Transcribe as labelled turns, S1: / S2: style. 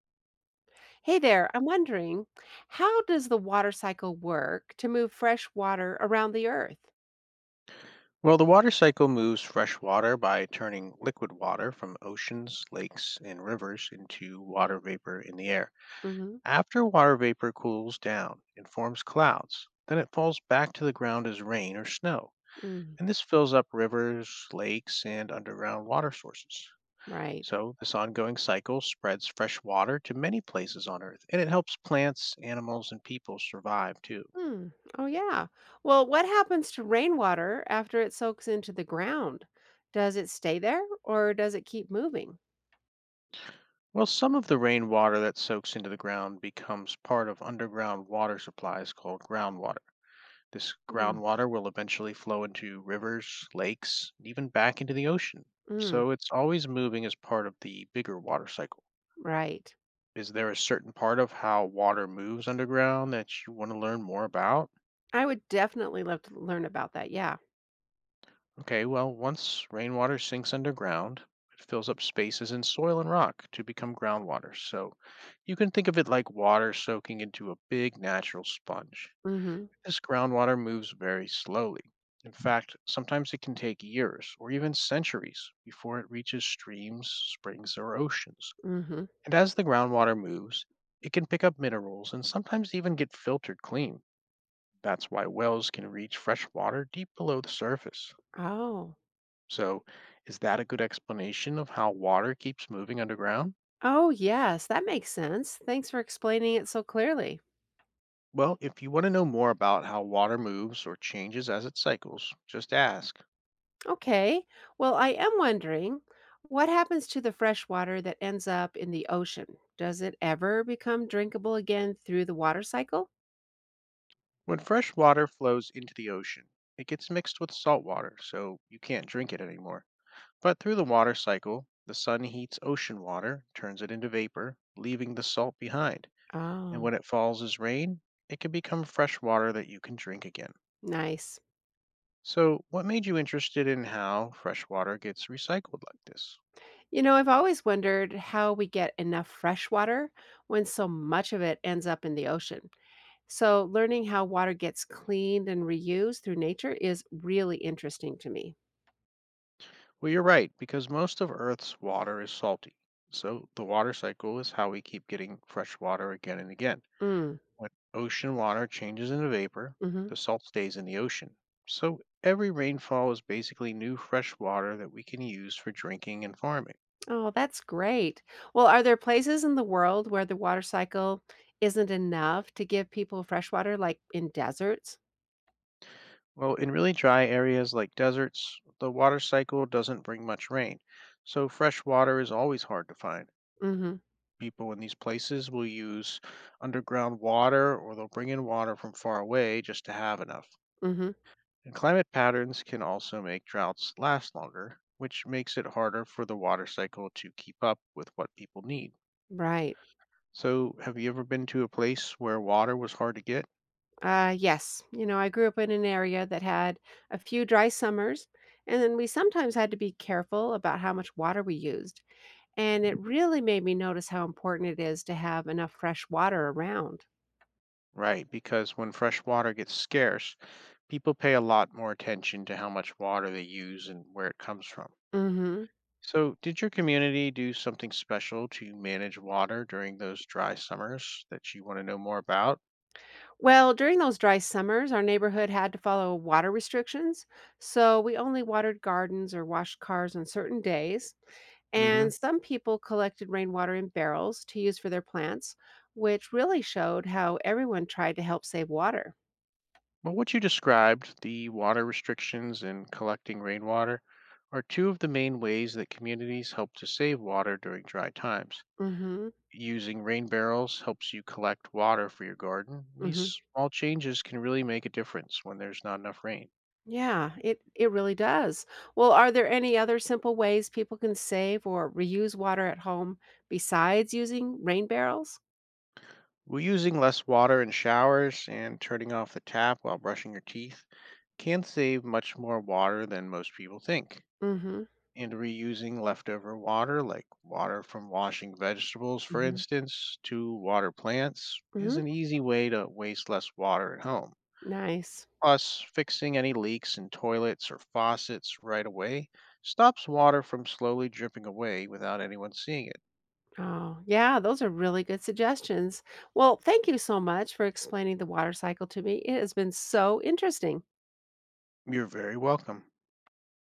S1: Hey there, I'm wondering, how does the water cycle work to move fresh water around the earth?
S2: Well, the water cycle moves fresh water by turning liquid water from oceans, lakes, and rivers into water vapor in the air.
S1: Hmm.
S2: After water vapor cools down, it forms clouds. Then it falls back to the ground as rain or snow.
S1: Mm,
S2: And this fills up rivers, lakes, and underground water sources.
S1: right.
S2: So, this ongoing cycle spreads fresh water to many places on Earth, and it helps plants, animals, and people survive too.
S1: Hmm. Oh, yeah. Well, what happens to rainwater after it soaks into the ground? Does it stay there or does it keep moving?
S2: Well, some of the rainwater that soaks into the ground becomes part of underground water supplies called groundwater. This
S1: Mm,
S2: groundwater will eventually flow into rivers, lakes, and even back into the ocean.
S1: mm,
S2: So it's always moving as part of the bigger water cycle.
S1: right.
S2: Is there a certain part of how water moves underground that you want to learn more about?
S1: I would definitely love to learn about that. Yeah.
S2: Okay, well, once rainwater sinks underground, it fills up spaces in soil and rock to become groundwater. So you can think of it like water soaking into a big natural sponge.
S1: Mm-hmm.
S2: This groundwater moves very slowly. In fact, sometimes it can take years or even centuries before it reaches streams, springs, or oceans.
S1: Mm-hmm.
S2: And as the groundwater moves, it can pick up minerals and sometimes even get filtered clean. That's why wells can reach fresh water deep below the surface.
S1: Oh.
S2: So, is that a good explanation of how water keeps moving underground?
S1: Oh, yes. That makes sense. Thanks for explaining it so clearly.
S2: Well, if you want to know more about how water moves or changes as it cycles, just ask.
S1: Okay. Well, I am wondering what happens to the fresh water that ends up in the ocean? Does it ever become drinkable again through the water cycle?
S2: When fresh water flows into the ocean, it gets mixed with salt water, so you can't drink it anymore. But through the water cycle, the sun heats ocean water, turns it into vapor, leaving the salt behind. And
S1: Oh,
S2: when it falls as rain, it can become fresh water that you can drink again.
S1: nice.
S2: So, what made you interested in how fresh water gets recycled like this?
S1: I've always wondered how we get enough fresh water when so much of it ends up in the ocean. So, learning how water gets cleaned and reused through nature is really interesting to me.
S2: Well, you're right, because most of Earth's water is salty. So the water cycle is how we keep getting fresh water again and again.
S1: Mm,
S2: When ocean water changes into vapor,
S1: mhm.
S2: the salt stays in the ocean. So every rainfall is basically new fresh water that we can use for drinking and farming.
S1: Oh, that's great. Well, are there places in the world where the water cycle isn't enough to give people fresh water, like in deserts?
S2: Well, in really dry areas like deserts, the water cycle doesn't bring much rain. So fresh water is always hard to find.
S1: Mm-hmm.
S2: People in these places will use underground water or they'll bring in water from far away just to have enough.
S1: Mm-hmm.
S2: And climate patterns can also make droughts last longer, which makes it harder for the water cycle to keep up with what people need.
S1: Right.
S2: So, have you ever been to a place where water was hard to get?
S1: Yes. I grew up in an area that had a few dry summers, and then we sometimes had to be careful about how much water we used. And it really made me notice how important it is to have enough fresh water around.
S2: Right, because when fresh water gets scarce, people pay a lot more attention to how much water they use and where it comes from.
S1: Mm-hmm.
S2: So, did your community do something special to manage water during those dry summers that you want to know more about?
S1: Well, during those dry summers, our neighborhood had to follow water restrictions. So we only watered gardens or washed cars on certain days. And
S2: hmm
S1: some people collected rainwater in barrels to use for their plants, which really showed how everyone tried to help save water.
S2: Well, what you described, the water restrictions and collecting rainwater, are two of the main ways that communities help to save water during dry times.
S1: Mm-hmm.
S2: Using rain barrels helps you collect water for your garden.
S1: Mm-hmm.
S2: These small changes can really make a difference when there's not enough rain.
S1: Yeah, it really does. Well, are there any other simple ways people can save or reuse water at home besides using rain barrels?
S2: Well, using less water in showers and turning off the tap while brushing your teeth can save much more water than most people think.
S1: Mm-hmm.
S2: And reusing leftover water, like water from washing vegetables, for
S1: Mm-hmm.
S2: instance, to water plants, is
S1: Mm-hmm.
S2: an easy way to waste less water at home.
S1: Nice.
S2: Plus, fixing any leaks in toilets or faucets right away stops water from slowly dripping away without anyone seeing it.
S1: Oh, yeah, those are really good suggestions. Well, thank you so much for explaining the water cycle to me. It has been so interesting.
S2: You're very welcome.